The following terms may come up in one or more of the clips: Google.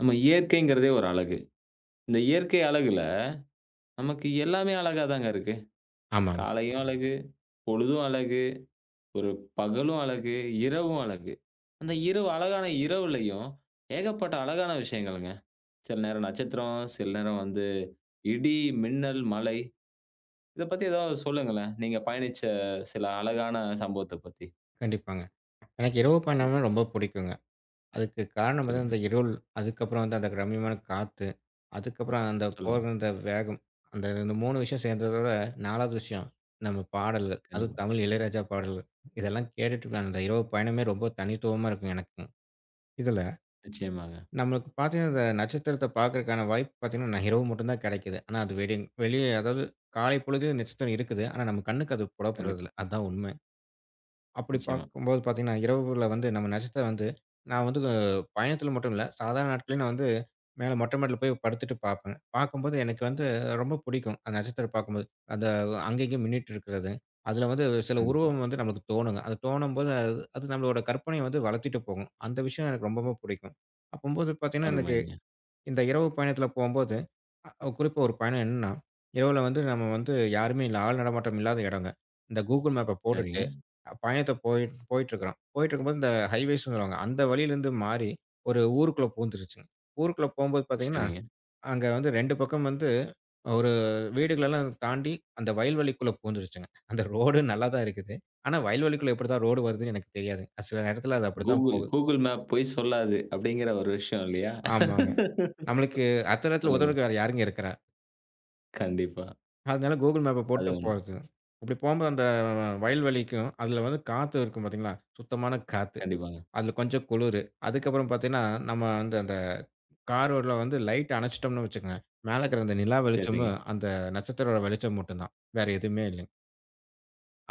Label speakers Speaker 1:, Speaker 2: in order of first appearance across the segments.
Speaker 1: நம்ம இயற்கைங்கிறதே ஒரு அழகு. இந்த இயற்கை அழகுல நமக்கு எல்லாமே அழகா தாங்க இருக்கு.
Speaker 2: ஆமாங்க.
Speaker 1: காலையும் அழகு, பொழுதும் அழகு, ஒரு பகலும் அழகு, இரவும் அழகு. அந்த இரவு அழகான இரவுலயும் ஏகப்பட்ட அழகான விஷயங்கள்ங்க. சில நேரம் நட்சத்திரம், சில நேரம் வந்து இடி, மின்னல், மழை. இத பத்தி ஏதாவது சொல்லுங்களேன். நீங்க பயணிச்ச சில அழகான சம்பவத்த பத்தி.
Speaker 2: கண்டிப்பாங்க. எனக்கு இரவு பயணம்னா ரொம்ப புடிக்குங்க. அதுக்கு காரணம் வந்து
Speaker 1: சொல்லுங்க,
Speaker 2: அந்த இருள், அதுக்கப்புறம் வந்து அந்த ரம்மியமான காத்து, அதுக்கப்புறம் அந்த
Speaker 1: சொல்லுங்க.
Speaker 2: போகிற அந்த வேகம், அந்த இந்த 3 விஷயம் சேர்ந்ததோட 4வது விஷயம் நம்ம பாடல்கள்.
Speaker 1: கண்டிப்பா.
Speaker 2: அதுவும் தமிழ் இளையராஜா பாடல்கள். இதெல்லாம் கேட்டுட்டு அந்த இரவு பயணமே ரொம்ப தனித்துவமா இருக்கும் எனக்கும். இதில
Speaker 1: நிச்சயமாங்க.
Speaker 2: நம்மளுக்கு பார்த்தீங்கன்னா, இந்த நட்சத்திரத்த பார்க்கறதுக்கான வாய்ப்பு பார்த்தீங்கன்னா, நான் இரவு மட்டும் தான் கெடைக்குது. ஆனா அது வெளிய அதாவது காலை பொழுதில நட்சத்திரம் இருக்குது. ஆனா நம்ம கண்ணுக்கு அது
Speaker 1: கண்டிப்பா.
Speaker 2: புலப்படுறதில்ல. அதான் உண்மை. அப்படி
Speaker 1: நிச்சயமா.
Speaker 2: பார்க்கும்போது பார்த்தீங்கன்னா, இரவுல வந்து நம்ம நட்சத்திர வந்து நான் வந்து பயணத்தில மட்டும் இல்ல, சாதாரண நாட்கள்லயும் நான் வந்து மேல மொட்டை மாடில போய் படுத்துட்டு பார்ப்பேன். பார்க்கும்போது எனக்கு வந்து ரொம்ப பிடிக்கும். அந்த நட்சத்திரம் பார்க்கும்போது. அந்த அங்க இங்கேயும் மின்னிட்டு இருக்கிறது. அதில வந்து சில
Speaker 1: கண்டிப்பா.
Speaker 2: உருவம் வந்து நமக்கு தோணுங்க. அது தோணும்போது அது அது நம்மளோட கற்பனைய வந்து வளர்த்திட்டு போகும். அந்த விஷயம் எனக்கு ரொம்பவும் பிடிக்கும். அப்பம்போது பார்த்தீங்கன்னா, எனக்கு
Speaker 1: அருமைங்க.
Speaker 2: இந்த இரவு பயணத்தில போம்போது, குறிப்பா ஒரு பயணம் என்னன்னா, இரவுல வந்து நம்ம வந்து யாருமே இல்ல. ஆள் நடமாட்டம் இல்லாத இடங்க. இந்த Google மேப்ப போட்டுட்டு,
Speaker 1: சரிங்க,
Speaker 2: பயணத்த போய் போயிட்டுருக்கிறோம். போயிட்டுருக்கும்போது இந்த ஹைவேஸ்ன்னு சொல்லுவாங்க. அந்த வழியிலேருந்து மாறி ஒரு ஊருக்குள்ள பூந்துருச்சுங்க. ஊருக்குள்ள போம்போது பார்த்தீங்கன்னா,
Speaker 1: சரிங்க.
Speaker 2: அங்க வந்து 2 பக்கம் வந்து ஒரு வீடுகளெல்லாம் தாண்டி அந்த வயல்வெளிக்குள்ள பூந்துருச்சுங்க. அந்த ரோடு நல்லா தான் இருக்குது. ஆனா வயல்வெளிக்குள்ள எப்படித்தான் ரோடு வருதுன்னு எனக்கு தெரியாதுங்க. சில நேரத்தில அது அப்படித்தான்
Speaker 1: கூகுள்
Speaker 2: போகுது.
Speaker 1: கூகுள் மேப் பொய் சொல்லாது அப்படிங்கிற ஒரு விஷயம் இல்லையா?
Speaker 2: ஆமாங்க. நம்மளுக்கு அத்தன நேரத்தில
Speaker 1: சொல்லுங்க.
Speaker 2: உதவுறதுக்கு வேற யாருங்க இருக்கிறா?
Speaker 1: கண்டிப்பா.
Speaker 2: அதனால கூகுள் மேப்ப
Speaker 1: அது
Speaker 2: போட்டு
Speaker 1: ஒண்ணு.
Speaker 2: போறது. அப்படி போம்போது அந்த வயல்வெளிக்கும், அதுல வந்து காத்து இருக்கும் பார்த்தீங்களா? சுத்தமான காத்து.
Speaker 1: கண்டிப்பாங்க.
Speaker 2: அதுல கொஞ்சம் குளிரு. அதுக்கப்புறம் பார்த்தீங்கன்னா, நம்ம வந்து அந்த காரோட வந்து லைட் அணைச்சுட்டோம்னு வச்சுக்கங்க. மேல இருக்கிற அந்த நிலா
Speaker 1: சரிங்க.
Speaker 2: வெளிச்சமும், அந்த நட்சத்திரோட வெளிச்சம் மட்டும் தான். வேற எதுவுமே இல்லைங்க.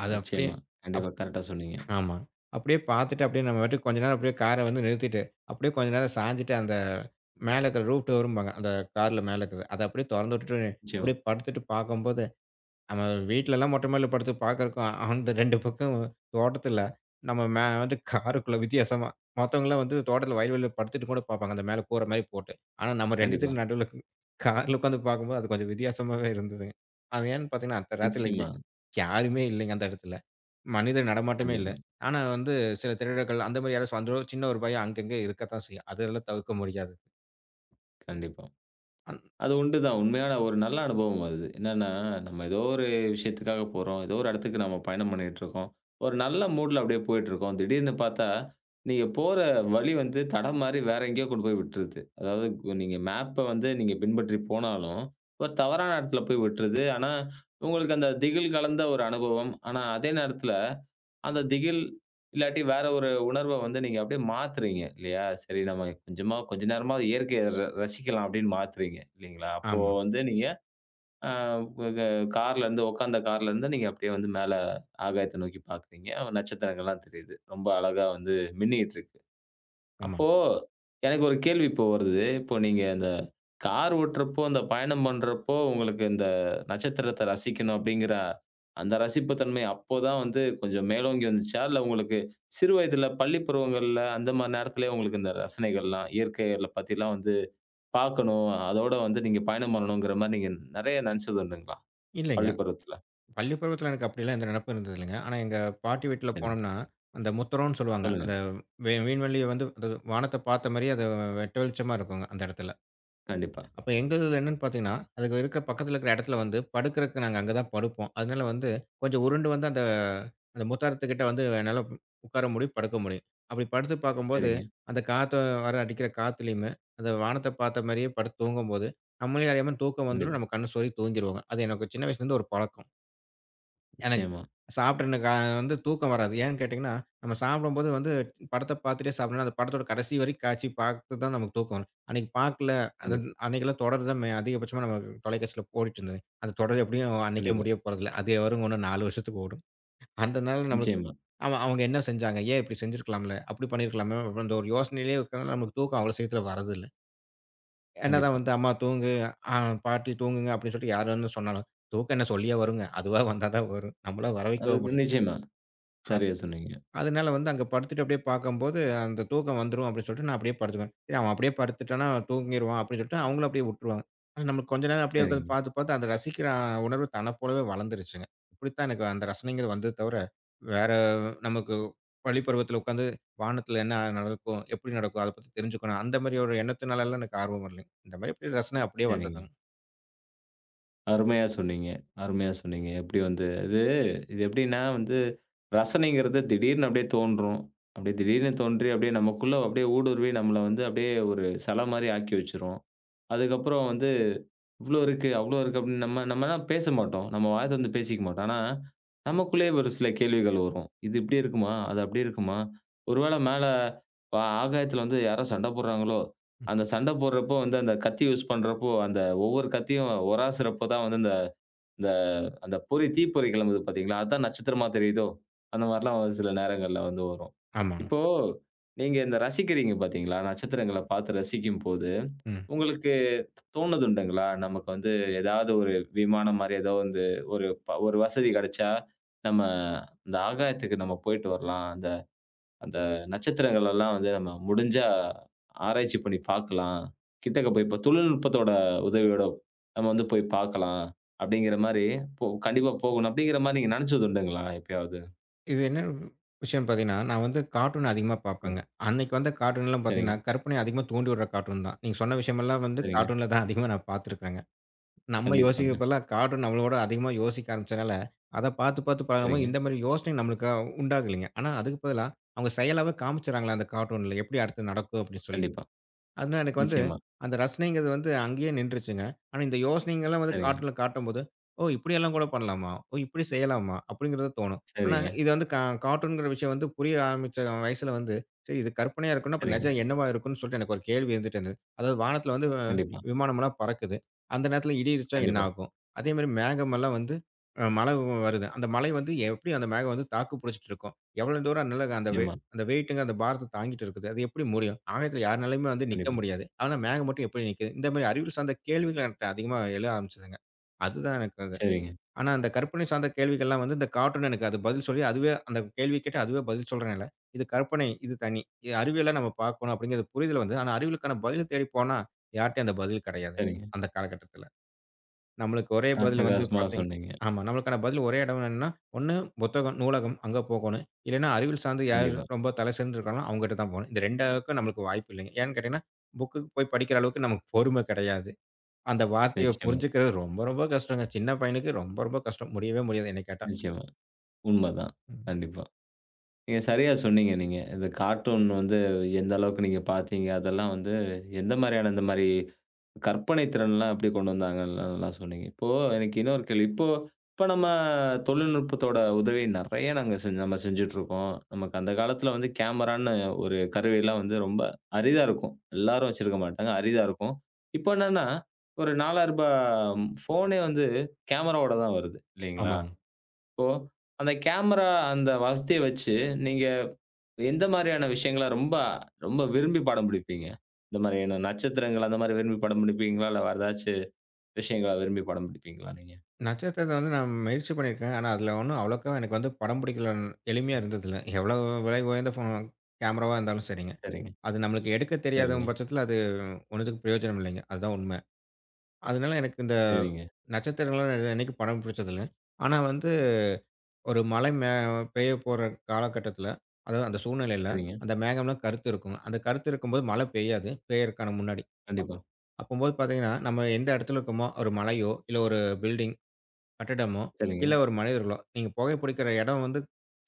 Speaker 2: அது அப்படியே
Speaker 1: நிச்சயமா. கண்டிப்பா.
Speaker 2: அப்
Speaker 1: கரெக்ட்டா சொன்னீங்க.
Speaker 2: ஆமா. அப்படியே பார்த்துட்டு அப்படியே நம்ம பாட்டுக்கு கொஞ்ச நேரம் அப்படியே கார வந்து நிறுத்திட்டு, அப்படியே கொஞ்ச நேரம் சாஞ்சுட்டு அந்த மேல இருக்கிற ரூஃப் டோரும்பாங்க. அந்த கார்ல மேல இருக்கிறது. அத அப்படியே தொறந்து விட்டுட்டு,
Speaker 1: நிச்சயமா.
Speaker 2: அப்படியே படுத்துட்டு பார்க்கும்போது நம்ம வீட்லலாம் மொட்டை மாடில படுத்து பார்க்குறக்கும், அந்த 2 பக்கம் தோட்டத்தில நம்ம மே வந்து காருக்குள்ள வித்தியாசமா. மத்தவங்கலாம் வந்து தோட்டத்தில வயல்வெளியில படுத்துட்டு கூட பார்ப்பாங்க. அந்த மேல கூர மாரி போட்டு. ஆனா நம்ம
Speaker 1: கண்டிப்பா.
Speaker 2: 2த்துக்கும் நடுவுல கார்ல உட்காந்து பார்க்கும்போது, அது கொஞ்சம் வித்தியாசமாவே இருந்ததுங்க. அது ஏன்னு பார்த்தீங்கன்னா, அந்த நேரத்தில
Speaker 1: நிச்சயமா.
Speaker 2: யாருமே இல்லைங்க அந்த இடத்துல. மனித நடமாட்டமே இல்ல.
Speaker 1: கண்டிப்பா.
Speaker 2: ஆனா வந்து சில திருடர்கள் அந்த மாரி யாராச்சும் வந்துரும். சின்ன ஒரு பயம் அங்கங்க இருக்கத்தான் செய்யும். அதெல்லாம் தவிர்க்க முடியாது.
Speaker 1: கண்டிப்பா.
Speaker 2: அந்
Speaker 1: அது உண்டுதான். உண்மையான ஒரு நல்ல அனுபவம் அது. என்னன்னா, நம்ம ஏதோ ஒரு விஷயத்துக்காக போறோம். ஏதோ ஒரு இடத்துக்கு நம்ம பயணம் பண்ணிட்டுருக்கோம். ஒரு நல்ல மூட்ல அப்படியே போயிட்டுருக்கோம். திடீர்னு பார்த்தா, நீங்க போற வழி வந்து தடம் மாறி வேற எங்கேயோ கொண்டு போய் விட்டுருது. அதாவது நீங்க மேப்ப வந்து நீங்க பின்பற்றி போனாலும், ஒரு தவறான இடத்துல போய் விட்டுருது. ஆனா, உங்களுக்கு அந்த திகில் கலந்த ஒரு அனுபவம். ஆனா, அதே நேரத்தில அந்த திகில், இல்லாட்டி வேற ஒரு உணர்வ வந்து நீங்க அப்படியே மாத்துறீங்க இல்லையா? சரி நம்ம கொஞ்சமா கொஞ்ச நேரமாவது இயற்கைய ரசிக்கலாம் அப்படின்னு மாத்துறீங்க இல்லைங்களா? அப்போ
Speaker 2: ஆமா,
Speaker 1: வந்து நீங்க அ க கார்லருந்து உட்காந்த கார்லருந்து நீங்க அப்படியே வந்து மேல ஆகாயத்த நோக்கி பார்க்குறீங்க. நட்சத்திரங்கள்லாம் தெரியுது. ரொம்ப அழகா வந்து மின்னிக்கிட்டு இருக்கு.
Speaker 2: ஆமா.
Speaker 1: அப்போ எனக்கு ஒரு கேள்வி இப்போ வருது. இப்போ நீங்க அந்த கார் ஓட்டுறப்போ, அந்த பயணம் பண்றப்போ, உங்களுக்கு இந்த நட்சத்திரத்த ரசிக்கணும் அப்படிங்கிற அந்த ரசிப்பு தன்மை அப்போ தான் வந்து கொஞ்சம் மேலோங்கி வந்துச்சா? இல்ல உங்களுக்கு சிறு வயதில பள்ளி பருவங்கள்ல அந்த மாரி நேரத்திலேயே உங்களுக்கு இந்த ரசனைகள்லாம், இயற்கைகள பத்திலாம் வந்து பார்க்கணும், அதோட வந்து நீங்க பயணம் பண்ணணுங்கிற மாரி நீங்க நெறைய நெனச்சது உண்டுங்களா?
Speaker 2: இல்லைங்க.
Speaker 1: பள்ளி பருவத்தில?
Speaker 2: பள்ளி பருவத்தில எனக்கு அப்படிலாம் எந்த நினப்பும் இருந்தது இல்லைங்க. ஆனா எங்க பாட்டி வீட்ல
Speaker 1: சரிங்க.
Speaker 2: போனோம்னா, அந்த முத்தரோன்னு சொல்லுவாங்க.
Speaker 1: சொல்லுங்க.
Speaker 2: அந்த விண்வெளிய வந்து அதாவது வானத்த பார்த்த மாரியே அது வெட்ட வெளிச்சமா இருக்குங்க அந்த இடத்துல.
Speaker 1: கண்டிப்பா.
Speaker 2: அப்ப எங்கதுல என்னன்னு பார்த்தீங்கன்னா, அதுக்கு இருக்கிற பக்கத்துல இருக்கிற இடத்துல வந்து படுக்கிறதுக்கு நாங்க அங்க தான் படுப்போம். அதனால வந்து கொஞ்சம் உருண்டு வந்து அந்த அந்த முத்தாரத்துக்கிட்ட வந்து என்னால உட்கார முடியும், படுக்க முடியும். அப்படி படுத்து பார்க்கும்போது,
Speaker 1: சரிங்க.
Speaker 2: அந்த காத்து வர அடிக்கிற காத்துலயுமே, அந்த வானத்த பார்த்த மாரியே படுத்து தூங்கும்போது, நம்மளே அறியாம தூக்கம் வந்துரும்.
Speaker 1: கண்டிப்பா.
Speaker 2: நம்ம கண்ண சொறி தூங்கிருவோங்க. அது எனக்கு சின்ன வயசுலேருந்து ஒரு பழக்கம். எனக்கு
Speaker 1: நிச்சயமா.
Speaker 2: சாப்பிட்ட எனக்கு வந்து தூக்கம் வராது. ஏன்னு கேட்டீங்கன்னா, நம்ம சாப்பிடும்போது வந்து படத்த பார்த்துட்டே சாப்பிடணும்னா, அந்த படத்தோட கடைசி வரைக்கும் காட்சி பார்த்து தான் நமக்கு தூக்கம் வரும். அன்னைக்கு பார்க்கல, அது
Speaker 1: கண்டிப்பா,
Speaker 2: அன்னைக்கெல்லாம் தொடர் தான் அதிகபட்சமா நம்ம தொலைக்காட்சியில ஓடிட்டுருந்தது. அந்த தொடர் எப்படியும் அன்னைக்கே
Speaker 1: கண்டிப்பா.
Speaker 2: முடிய போறதில்ல. அது வரும் இன்னும் 4 வருஷத்துக்கு ஓடும். அதனால நம்மளுக்கு
Speaker 1: நிச்சயமா.
Speaker 2: ஆமா, அவங்க என்ன செஞ்சாங்க? ஏன் இப்படி செஞ்சிருக்கலாம்ல? அப்படி பண்ணியிருக்கலாமே? அந்த ஒரு யோசனையிலேயே இருக்கிறனால நமக்கு தூக்கம் அவ்வளோ சீக்கிரத்தில வரதில்ல. என்னதான்
Speaker 1: கண்டிப்பா.
Speaker 2: வந்து அம்மா தூங்கு, அ பாட்டி தூங்குங்க அப்படின்னு சொல்லிட்டு யார் வந்து சொன்னாலும், தூக்கம் என்ன சொல்லியா வருங்க? அதுவா வந்தா தான் வரும். நம்மளா வர வைக்கவா
Speaker 1: அதுக்கு
Speaker 2: முடியும்?
Speaker 1: நிச்சயமா.
Speaker 2: அத்
Speaker 1: சரியா சொன்னீங்க.
Speaker 2: அதனால வந்து அங்க படுத்துட்டு அப்படியே பார்க்கும்போது, அந்த தூக்கம் வந்துரும் அப்படின்னு சொல்லிட்டு நான் அப்படியே படுத்துக்குவேன். சரி அவன் அப்படியே படுத்துட்டான்னா தூங்கிருவான் அப்படின்னு சொல்லிட்டு அவங்களும் அப்படியே விட்டுருவாங்க. ஆனா நம்மளுக்கு கொஞ்ச நேரம் அப்படியே
Speaker 1: சரிங்க,
Speaker 2: உட்காந்து பார்த்து, பார்த்து அந்த ரசிக்கிற உணர்வு தன்ன போலவே வளர்ந்துருச்சுங்க. இப்படித்தான் எனக்கு அந்த ரசனைங்கிறது வந்தது தவிர, வேற நமக்கு பள்ளி பருவத்தில உட்காந்து வானத்தில என்ன நடக்கும்? எப்படி நடக்கும்? அத பத்தி தெரிஞ்சுக்கணும். அந்த மாரி ஒரு எண்ணத்தினாலலாம் எனக்கு ஆர்வம் வரலைங்க. இந்த மாரி அப்படியே ரசனை அப்படியே
Speaker 1: சரிங்க.
Speaker 2: வந்ததுங்க.
Speaker 1: அருமையா சொன்னீங்க, அருமையா சொன்னீங்க. எப்படி வந்து இது இது எப்படின்னா வந்து ரசனைங்கிறது திடீர்னு அப்படியே தோன்றும். அப்படியே திடீர்னு தோன்றி அப்படியே நமக்குள்ள அப்படியே ஊடுருவி நம்மள வந்து அப்படியே ஒரு சிலை மாரி ஆக்கி வச்சுரும். அதுக்கப்புறம் வந்து இவ்ளோ இருக்கு, அவ்ளோ இருக்கு அப்படின்னு நம்ம நம்மனா பேச மாட்டோம். நம்ம வாய தொறந்து பேசிக்க மாட்டோம். ஆனா, நமக்குள்ளேயே ஒரு சில கேள்விகள் வரும். இது இப்படி இருக்குமா? அது அப்படி இருக்குமா? ஒருவேளை மேல ஆகாயத்தில வந்து யாரோ சண்டை போடுறாங்களோ!
Speaker 2: ம்.
Speaker 1: அந்த சண்டை போடுறப்போ வந்து அந்த கத்தி யூஸ் பண்றப்போ, அந்த ஒவ்வொரு கத்தியும் உராசுறப்போ தான் வந்து இந்த இந்த அந்த பொறி தீப்பொறி கிளம்புது பார்த்தீங்களா? அதான் நட்சத்திரமா தெரியுதோ! அந்த மாரிலாம் ஒரு சில நேரங்கள்ல வந்து வரும்.
Speaker 2: ஆமாங்க.
Speaker 1: இப்போ நீங்க இந்த ரசிக்கிறீங்க பார்த்தீங்களா? நட்சத்திரங்கள பார்த்து ரசிக்கும்போது,
Speaker 2: ம்.
Speaker 1: உங்களுக்கு தோணுதுண்டுங்களா? நமக்கு வந்து ஏதாவது ஒரு விமானம் மாரி ஏதோ வந்து ஒரு வசதி கிடைச்சா, நம்ம இந்த ஆகாயத்துக்கு நம்ம போயிட்டு வரலாம். அந்த நட்சத்திரங்கள் எல்லாம் வந்து நம்ம முடிஞ்சா ஆராய்ச்சி பண்ணி பார்க்கலாம். கிட்டக்க போய் இப்ப தொழில்நுட்பத்தோட உதவியோட நம்ம வந்து போய் பார்க்கலாம். அப்படிங்கிற மாரி போ கண்டிப்பா போகணும். அப்படிங்கிற மாரி நீங்க நெனச்சது உண்டுங்களா எப்பயாவது?
Speaker 2: இது என்ன விஷயம்னு பார்த்தீங்கன்னா, நான் வந்து கார்ட்டூன் அதிகமா பார்ப்பேங்க.
Speaker 1: சொல்லுங்க.
Speaker 2: அன்னைக்கு வந்த கார்ட்டூன்லாம்
Speaker 1: சரிங்க,
Speaker 2: பார்த்தீங்கன்னா, கற்பனைய அதிகமா தூண்டி விடுற கார்ட்டூன் தான். நீங்க சொன்ன விஷயமெல்லாம் வந்து
Speaker 1: சரிங்க.
Speaker 2: கார்ட்டூன்ல தான் அதிகமா நான் பார்த்துருக்கிறேங்க. நம்ம
Speaker 1: கண்டிப்பாங்க.
Speaker 2: யோசிக்கிறப்பலாம் கார்ட்டூன் நம்மளோட அதிகமா யோசிக்க ஆரம்பிச்சனால, அத பார்த்து பார்த்து பழகும்போது
Speaker 1: சரிங்க.
Speaker 2: இந்த மாரி யோசனை நம்மளுக்கு உண்டாகலைங்க. ஆனா அதுக்கு பதிலா அவங்க செயலாவே காமிச்சுடுறாங்களா அந்த கார்ட்டூன்ல எப்படி அடுத்து நடக்கும் அப்படின்னு சொல்லி.
Speaker 1: கண்டிப்பா.
Speaker 2: அதுனா எனக்கு வந்து,
Speaker 1: நிச்சயமா.
Speaker 2: அந்த ரசனைங்கிறது வந்து அங்கேயே நின்றுச்சுங்க. ஆனா இந்த யோசனைங்கலாம் வந்து
Speaker 1: சரிங்க,
Speaker 2: காட்டுல காட்டும்போது, "ஓ! இப்படியெல்லாம் கூட பண்ணலாமா? ஓ! இப்படி செய்யலாமா?" அப்படிங்கிறது தோணும். ஆனா
Speaker 1: சரிங்க,
Speaker 2: இது வந்து கார்ட்டூன்ங்கிற விஷயம் வந்து புரிய ஆரம்பிச்ச வயசுல வந்து, சரி இது கற்பனையா இருக்குன்னா, அப்ப
Speaker 1: சரிங்க.
Speaker 2: நிஜம் என்னவா இருக்கும்ன்னு சொல்லிட்டு எனக்கு ஒரு கேள்வி இருந்துட்டே இருந்தது. அதாவது வானத்துல வந்து
Speaker 1: கண்டிப்பா,
Speaker 2: விமானம்லாம் பறக்குது. அந்த நேரத்துல இடி இடிச்சா என்ன
Speaker 1: கண்டிப்பா.
Speaker 2: ஆகும்? அதேமாரி மேகமெல்லாம் வந்து மழை வருது. அந்த மழை வந்து எப்படி அந்த மேகம் வந்து தாக்கு பிடிச்சிட்டு இருக்கும்? எவ்வளோ தூரம் நல்ல அந்த
Speaker 1: நிச்சயமா.
Speaker 2: அந்த வெயிட்டுங்க அந்த பாரத்த தாங்கிட்டு இருக்குது. அது எப்படி முடியும்? ஆகாயத்தில யாருனாலயுமே வந்து நிக்க
Speaker 1: கண்டிப்பா.
Speaker 2: முடியாது. ஆனா மேகம் மட்டும் எப்படி நிக்குது? இந்த மாரி அறிவியல் சார்ந்த கேள்விகள் என்கிட்ட அதிகமா எழ ஆரம்பிச்சதுங்க. அதுதான் எனக்கு அது.
Speaker 1: சரிங்க,
Speaker 2: ஆனா அந்த கற்பனை சார்ந்த கேள்விகள்லாம் வந்து இந்த கார்ட்டூன் எனக்கு அது பதில் சொல்லி, அதுவே அந்த கேள்வி கேட்டு அதுவே பதில் சொல்றனால, இது கற்பனை, இது தனி. இது அறிவியலா நம்ம பார்க்கணும் அப்படிங்கிற புரிதல் வந்தது. ஆனா அறிவியலுக்கான பதில தேடி போனா யார்ட்டயும் அந்த பதில் கிடையாதுங்க.
Speaker 1: சரிங்க.
Speaker 2: அந்த காலகட்டத்தில. நம்மளுக்கு ஒரே பதில் வந்து
Speaker 1: அட்டகாசமா
Speaker 2: பார்த்தீங்க
Speaker 1: சொன்னீங்க.
Speaker 2: ஆமா. நம்மளுக்கான பதில் ஒரே இடம் என்னன்னா, ஒண்ணு புத்தகம், நூலகம் அங்க போகணும். இல்லன்னா அறிவியல் சார்ந்து யார்
Speaker 1: கண்டிப்பா.
Speaker 2: ரொம்ப தலை சிறந்து இருக்காங்களோ அவங்ககிட்ட தான் போகணும். இந்த 2க்கும் நம்மளுக்கு வாய்ப்பு இல்லைங்க. ஏன்னு கேட்டீங்கன்னா, புக்குக்கு போய் படிக்கிற அளவுக்கு நமக்கு பொறுமை கிடையாது. அந்த வார்த்தைய
Speaker 1: நிச்சயமா,
Speaker 2: புரிஞ்சுக்கிறது ரொம்ப ரொம்ப கஷ்டங்க. சின்ன பையனுக்கு ரொம்ப ரொம்ப கஷ்டம். முடியவே முடியாது என்னை கேட்டா.
Speaker 1: நிச்சயமா. உண்மதான்.
Speaker 2: ம்.
Speaker 1: கண்டிப்பா. நீங்க சரியா சொன்னீங்க நீங்க. இந்த கார்ட்டூன் வந்து எந்த அளவுக்கு நீங்க பார்த்தீங்க? அதெல்லாம் வந்து எந்த மாரியான இந்த மாரி கற்பனை திறன்லாம் எப்படி கொண்டு வந்தாங்கன்லாம் நல்லா சொன்னீங்க. இப்போ எனக்கு இன்னொரு கேள்வி. இப்போ இப்ப நம்ம தொழில்நுட்பத்தோட உதவி நெறைய நாங்க செஞ் நம்ம செஞ்சுட்டுருக்கோம். நமக்கு அந்த காலத்துல வந்து கேமரான்னு ஒரு கருவிலாம் வந்து ரொம்ப அரிதா இருக்கும். எல்லாரும் வச்சிருக்க மாட்டாங்க. அரிதா இருக்கும். இப்போ என்னன்னா, ஒரு ரூ. 4000 ஃபோனே வந்து கேமராவோட தான் வருது இல்லைங்களா?
Speaker 2: ஆமாங்க.
Speaker 1: இப்போ அந்த கேமரா அந்த வசதிய வச்சு நீங்க எந்த மாரியான விஷயங்கள ரொம்ப ரொம்ப விரும்பி படம் பிடிப்பீங்க? இந்த மாரியான நட்சத்திரங்கள் அந்த மாரி விரும்பி படம் பிடிப்பீங்களா? இல்ல வேற ஏதாச்சு விஷயங்கள விரும்பி படம் பிடிப்பீங்களா நீங்க?
Speaker 2: நட்சத்திரத்த வந்து நான் முயற்சி பண்ணியிருக்கேன். ஆனா அதில ஒண்ணும் அவ்வளோக்கா எனக்கு வந்து படம் பிடிக்கல. எளிமையா இருந்ததில்ல. எவ்வளோ விலை உயர்ந்த கேமராவா இருந்தாலும் சரிங்க.
Speaker 1: சரிங்க,
Speaker 2: அது நம்மளுக்கு எடுக்க தெரியாத
Speaker 1: சரிங்க,
Speaker 2: பட்சத்தில அது ஒன்னத்துக்கும் பிரயோஜனம் இல்லைங்க. அதுதான் உண்ம. அதனால எனக்கு இந்த
Speaker 1: சரிங்க,
Speaker 2: நட்சத்திரங்கள்லாம் நான் என்னைக்கும் படம் பிடிச்சதில்ல. ஆனா வந்து ஒரு மழை பெய்ய போற காலகட்டத்தில, அதாவது அந்த சூழ்நிலையில
Speaker 1: சரிங்க.
Speaker 2: அந்த மேகம்லாம் கருத்து இருக்குங்க. அந்த கருத்து இருக்கும்போது மழை பெய்யாது. பெய்யறதுக்கான முன்னாடி. அப்போ
Speaker 1: கண்டிப்பா.
Speaker 2: அப்பம்போது பார்த்தீங்கன்னா, நம்ம எந்த இடத்துல இருக்கோமோ, ஒரு மலையோ, இல்ல ஒரு பில்டிங் கட்டிடமோ,
Speaker 1: சரிங்க.
Speaker 2: இல்ல ஒரு மனிதர்களோ, நீங்க புகை பிடிக்கிற இடம் வந்து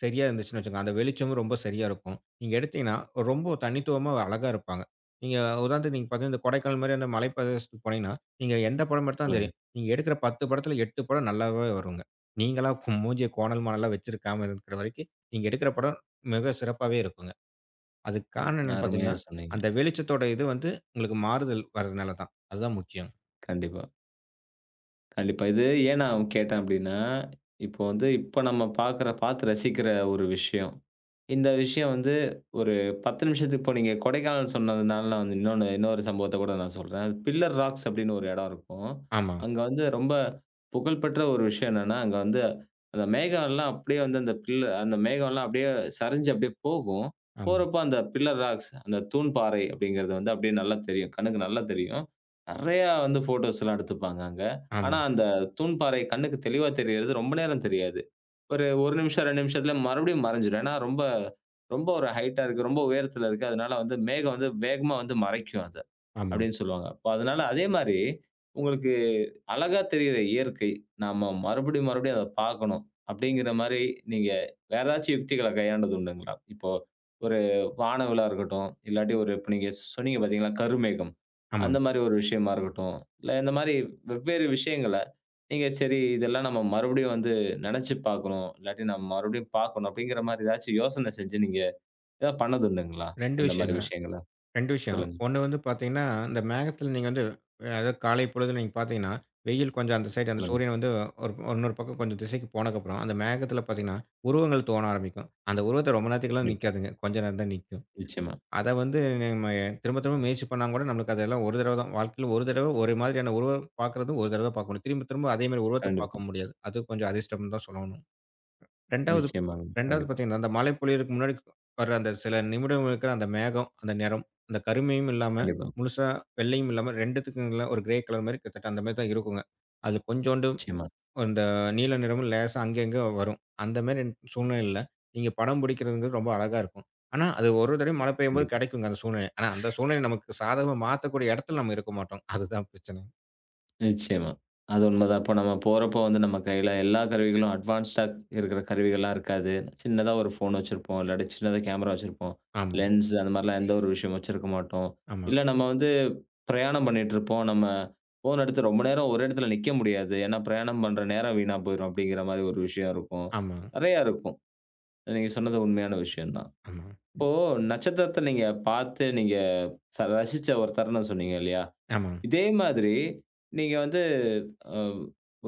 Speaker 2: சரியா இருந்துச்சுன்னு வச்சுக்கோங்க. அந்த வெளிச்சமும் ரொம்ப சரியா இருக்கும். நீங்க எடுத்தீங்கன்னா, ரொம்ப தனித்துவமா அழகா இருப்பாங்க. நீங்க உதாரணத்துக்கு நீங்க பார்த்தீங்கன்னா, இந்த கொடைக்கானல் மாரி அந்த மலை பிரதேசத்துக்கு போனீங்கன்னா, நீங்க எந்த படம் எடுத்தாலும்
Speaker 1: சொல்லுங்க.
Speaker 2: சரி, நீங்க எடுக்கிற 10 படத்துல 8 படம் நல்லாவே வருங்க. நீங்களா மூஞ்சிய கோணல், மாணலா வச்சிருக்காம இருக்கிற வரைக்கும், நீங்க எடுக்கிற படம் மிக சிறப்பாவே இருக்குங்க. அதுக்கு காரணம் என்னன்னு
Speaker 1: அருமையா
Speaker 2: பார்த்தீங்கன்னா,
Speaker 1: சொன்னீங்க.
Speaker 2: அந்த வெளிச்சத்தோட இது வந்து உங்களுக்கு மாறுதல் வர்றதுனால தான். அதுதான் முக்கியம்.
Speaker 1: கண்டிப்பா, கண்டிப்பா. இது ஏன் நான் கேட்டேன் அப்டின்னா, இப்போ வந்து இப்ப நம்ம பாக்குற பாத்து ரசிக்கிற ஒரு விஷயம். இந்த விஷயம் வந்து ஒரு 10 நிமிஷத்துக்கு இப்போ நீங்க கொடைக்கானல் சொன்னதுனால நான் வந்து இன்னொரு சம்பவத்த கூட நான் சொல்றேன். பில்லர் ராக்ஸ் அப்படின்னு ஒரு இடம் இருக்கும்.
Speaker 2: ஆமாங்க.
Speaker 1: அங்க வந்து ரொம்ப புகழ்பெற்ற ஒரு விஷயம் என்னன்னா, அங்க வந்து அந்த மேகம்லாம் அப்படியே வந்து அந்த அந்த மேகம்லாம் அப்படியே சரிஞ்சு அப்படியே போகும்.
Speaker 2: ஆமா.
Speaker 1: போறப்ப அந்த பில்லர் ராக்ஸ், அந்த தூண் பாறை அப்படிங்கிறது வந்து அப்படியே நல்லா தெரியும். கண்ணுக்கு நல்லா தெரியும். நெறையா வந்து ஃபோட்டோஸ்லாம் எடுத்துப்பாங்க அங்க. ஆனா
Speaker 2: ஆமா.
Speaker 1: அந்த தூண் பாறை கண்ணுக்கு தெளிவா தெரியறது ரொம்ப நேரம் தெரியாது. ஒரு 1 நிமிஷம், 2 நிமிஷத்துல மறுபடியும் மறைஞ்சிடும். ஏன்னா, ரொம்ப ரொம்ப ஒரு ஹைட்டா இருக்கு. ரொம்ப உயரத்துல இருக்கு. அதனால வந்து மேகம் வந்து வேகமா வந்து மறைக்கும் அத.
Speaker 2: ஆமா.
Speaker 1: அப்படின்னு சொல்லுவாங்க. அப்ப அதனால அதே மாரி, உங்களுக்கு அழகா தெரியிற இயற்கை, நாம மறுபடியும் மறுபடியும் அத பார்க்கணும். அப்படிங்கிற மாரி நீங்க வேற ஏதாச்சும் யுக்திகள கையாண்டது உண்டுங்களா? இப்போ ஒரு வானவிழா இருக்கட்டும், இல்லாட்டி ஒரு இப்ப நீங்க சொன்னீங்க பார்த்தீங்களா, கருமேகம்.
Speaker 2: ஆமா.
Speaker 1: அந்த மாரி ஒரு விஷயமா இருக்கட்டும், இல்ல இந்த மாரி வெவ்வேறு விஷயங்கள நீங்க சரி இதெல்லாம் நம்ம மறுபடியும் வந்து நெனச்சு பார்க்கணும். இல்லாட்டி நம்ம மறுபடியும் பார்க்கணும் அப்படிங்கிற மாரி ஏதாச்சும் யோசனை செஞ்சு நீங்க ஏதாவது பண்ணது உண்டுங்களா?
Speaker 2: 2
Speaker 1: அந்த மாரி
Speaker 2: விஷயங்க.
Speaker 1: விஷயங்கள?
Speaker 2: 2 விஷயம்.
Speaker 1: சொல்லுங்க,
Speaker 2: ஒண்ணு வந்து பார்த்தீங்கன்னா, இந்த மேகத்தில நீங்க வந்து அதாவது காலை பொழுது நீங்க பார்த்தீங்கன்னா, வெயில் கொஞ்சம் அந்த சைடு அந்த
Speaker 1: சொல்லுங்க.
Speaker 2: சூரியன் வந்து ஒரு இன்னொரு பக்கம் கொஞ்சம் திசைக்கு போனக்கப்புறம், அந்த மேகத்தில பார்த்தீங்கன்னா, உருவங்கள் தோண ஆரம்பிக்கும். அந்த உருவத்த ரொம்ப நேரத்துக்குலாம்
Speaker 1: கண்டிப்பா.
Speaker 2: நிக்காதுங்க. கொஞ்ச நேரம் தான் நிக்கும்.
Speaker 1: நிச்சயமா.
Speaker 2: அத வந்து நம்ம திரும்ப திரும்ப முயற்சி பண்ணா கூட நம்மளுக்கு அதெல்லாம் ஒரு தடவ தான். வாழ்க்கையில ஒரு தடவ ஒரு மாதிரியான உருவம் பார்க்கறது ஒரு தடவ தான் பார்க்க முடியும். திரும்ப திரும்ப அதே மாரி உருவத்த
Speaker 1: கண்டிப்பா.
Speaker 2: பார்க்க முடியாது. அது கொஞ்சம் அதிர்ஷ்டம்னு தான் சொல்லணும். 2வது
Speaker 1: நிச்சயமாங்க.
Speaker 2: 2வது
Speaker 1: கண்டிப்பா,
Speaker 2: பார்த்தீங்கன்னா, அந்த மழை பொழியிறதுக்கு முன்னாடி வர்ற அந்த சில நிமிடம் இருக்கிற அந்த மேகம், அந்த நிறம், அந்த கருமையும் இல்லாம,
Speaker 1: கண்டிப்பா.
Speaker 2: முழுசா வெள்ளையும் இல்லாம 2த்துக்கும் எல்லாம் ஒரு கிரே கலர் மாரி கிட்டத்தட்ட அந்த மாரி தான் இருக்குங்க. அதுல கொஞ்சோண்டு
Speaker 1: நிச்சயமா,
Speaker 2: அந்த நீல நிறமும் லேசா அங்க, இங்க வரும். அந்த மாரி சூழ்நிலையில நீங்க படம் பிடிக்கிறதுங்கிறது ரொம்ப அழகா இருக்கும். ஆனா, அது ஒரு தடவை மழை பெய்யும்போது
Speaker 1: கண்டிப்பா.
Speaker 2: கிடைக்குங்க அந்த சூழ்நிலை. ஆனா, அந்த சூழ்நிலை நமக்கு சாதகமா மாத்தக்கூடிய இடத்துல நம்ம இருக்க மாட்டோம். அதுதான் பிரச்சனை.
Speaker 1: நிச்சயமா. அது உண்மதான். இப்போ நம்ம போறப்போ வந்து நம்ம கையில எல்லா கருவிகளும் அட்வான்ஸ்டா இருக்கிற கருவிகள்லாம் இருக்காது. சின்னதா ஒரு ஃபோன் வச்சிருப்போம். இல்லாட்டி சின்னதா கேமரா வச்சிருப்போம்.
Speaker 2: ஆமாங்க.
Speaker 1: லென்ஸ் அந்த மாரிலாம் எந்த ஒரு விஷயம் வச்சிருக்க மாட்டோம்.
Speaker 2: ஆமா,
Speaker 1: இல்ல நம்ம வந்து பிரயாணம் பண்ணிட்டுருப்போம். நம்ம ஃபோன் எடுத்து ரொம்ப நேரம் ஒரு இடத்துல நிக்க முடியாது. ஏன்னா பிரயாணம் பண்ற நேரம் வீணா போயிரும் அப்படிங்கிற மாரி ஒரு விஷயம் இருக்கும்.
Speaker 2: ஆமா,
Speaker 1: நெறையா இருக்கும். நீங்க சொன்னது உண்மையான விஷயம் தான்.
Speaker 2: ஆமாங்க,
Speaker 1: இப்போ நட்சத்திரத்த நீங்க பார்த்து நீங்க ரசிச்ச ஒரு தருணம் சொன்னீங்க இல்லையா?
Speaker 2: ஆமாங்க, ஆமாங்க,
Speaker 1: இதே மாதிரி நீங்க வந்து அ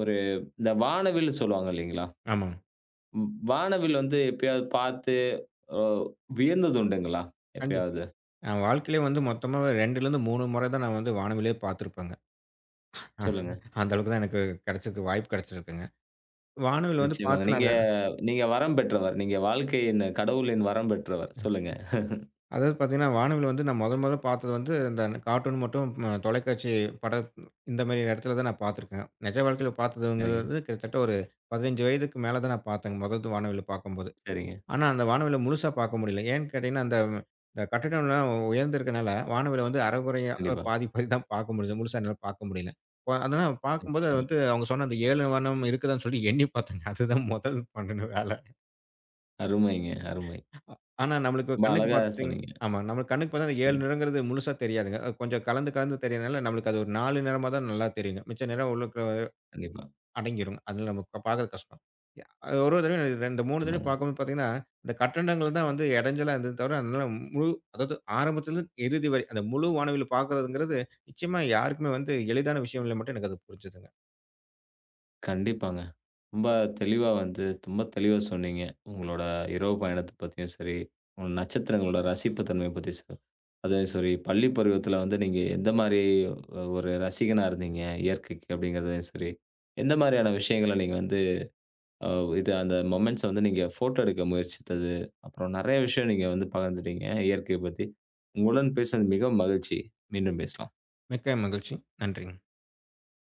Speaker 1: ஒரு இந்த வானவில் சொல்லுவாங்க இல்லைங்களா?
Speaker 2: ஆமாங்க.
Speaker 1: வானவில் வந்து எப்பயாவது பார்த்து அ வியந்தது உண்டுங்களா?
Speaker 2: கண்டிப்பா.
Speaker 1: எப்பயாவது?
Speaker 2: நான் வாழ்க்கையிலே வந்து மொத்தமாவே 2லேருந்து 3 முறை தான் நான் வந்து வானவிலே பார்த்துருப்பேங்க.
Speaker 1: சொல்லுங்க.
Speaker 2: அந்த அளவுக்கு தான் எனக்கு கிடைச்சிருக்கு வாய்ப்பு கிடைச்சிருக்குங்க. வானவில் வந்து
Speaker 1: நிச்சயமாங்க.
Speaker 2: பார்த்து
Speaker 1: நீங்க நீங்க வரம் பெற்றவர். நீங்க வாழ்க்கையின் கடவுளின் வரம் பெற்றவர். சொல்லுங்க.
Speaker 2: அதாவது பார்த்தீங்கன்னா, வானவில் வந்து நான் முதல் முதல்ல பார்த்தது வந்து இந்த கார்ட்டூன் மட்டும் ம தொலைக்காட்சி படம் இந்த மாரி இடத்துல தான் நான் பார்த்துருக்கேன். நிஜ வாழ்க்கையில
Speaker 1: சரிங்க,
Speaker 2: பார்த்ததுங்கிறது கிட்டத்தட்ட ஒரு 15 வயதுக்கு மேல தான் நான் பார்த்தேங்க. முதல் வானவில பார்க்கும்போது.
Speaker 1: சரிங்க.
Speaker 2: ஆனா, அந்த வானவில முழுசா பார்க்க முடியல. ஏன்னு கேட்டீங்கன்னா, அந்த இந்த கட்டிடம்லாம் உயர்ந்திருக்கனால, வானவில வந்து அரை குறையா
Speaker 1: கண்டிப்பா.
Speaker 2: பாதி பாதி தான் பார்க்க முடிஞ்சது. முழுசா என்னால பார்க்க முடியல. இப்ப அதனால பார்க்கும்போது அது
Speaker 1: நிச்சயமா.
Speaker 2: வந்து அவங்க சொன்ன அந்த 7 வானம் இருக்குதான்னு சொல்லி எண்ணி பார்த்தேங்க. அதுதான் முதல் பண்ணுன வேல.
Speaker 1: அருமைங்க, அருமை.
Speaker 2: ஆனா, நம்மளுக்கு
Speaker 1: ரொம்ப
Speaker 2: கண்ணுக்கு
Speaker 1: அழகா சொன்னீங்க.
Speaker 2: ஆமா. நம்மளுக்கு கண்ணுக்கு பார்த்தா அந்த 7
Speaker 1: சொல்லுங்க.
Speaker 2: நிறங்கிறது முழுசா தெரியாதுங்க. அது கொஞ்சம் கலந்து கலந்து தெரியறனால, நம்மளுக்கு அது ஒரு 4 நிறமா தான் நல்லா தெரியுங்க. மிச்ச நிறம் உள்ளுக்கு
Speaker 1: கண்டிப்பா.
Speaker 2: அடங்கிருங்க. அதனால நமக்கு பார்க்கறது கஷ்டம். அது ஒரு ஒரு தடவையும் 2, 3 தடவையும்
Speaker 1: ஆமாங்க.
Speaker 2: பார்க்கும்போது பார்த்தீங்கன்னா, இந்த கட்டடங்கள் தான் வந்து இடைஞ்சலா இருந்தது தவிர, அதனால முழு அதாவது ஆரம்பத்திலருந்து இறுதி வரை அந்த முழு வானவில் பார்க்குறதுங்கிறது நிச்சயமா யாருக்குமே வந்து எளிதான விஷயம் இல்ல மட்டும் எனக்கு அது புரிஞ்சுதுங்க.
Speaker 1: கண்டிப்பாங்க. ரொம்ப தெளிவா வந்து ரொம்ப தெளிவா சொன்னீங்க. உங்களோட இரவு பயணத்த பத்தியும் சரி, உங்க நட்சத்திரங்களோட ரசிப்பு தன்மைய பத்தி அதே சரி, பள்ளி பருவத்தில வந்து நீங்க எந்த மாரி ஒரு ரசிகனா இருந்தீங்க இயற்கைக்கு அப்படிங்கிறதையும் சரி, எந்த மாரியான விஷயங்கள நீங்க வந்து அ இது அந்த மொமெண்ட்ஸ வந்து நீங்க ஃபோட்டோ எடுக்க முயற்சித்தது, அப்புறம் நெறைய விஷயம் நீங்க வந்து பகிர்ந்துட்டீங்க இயற்கைய பத்தி. உங்களுடன் பேசினது மிகவும் மகிழ்ச்சி. மீண்டும் பேசலாம்.
Speaker 2: மிக்க மகிழ்ச்சி. நன்றிங்க.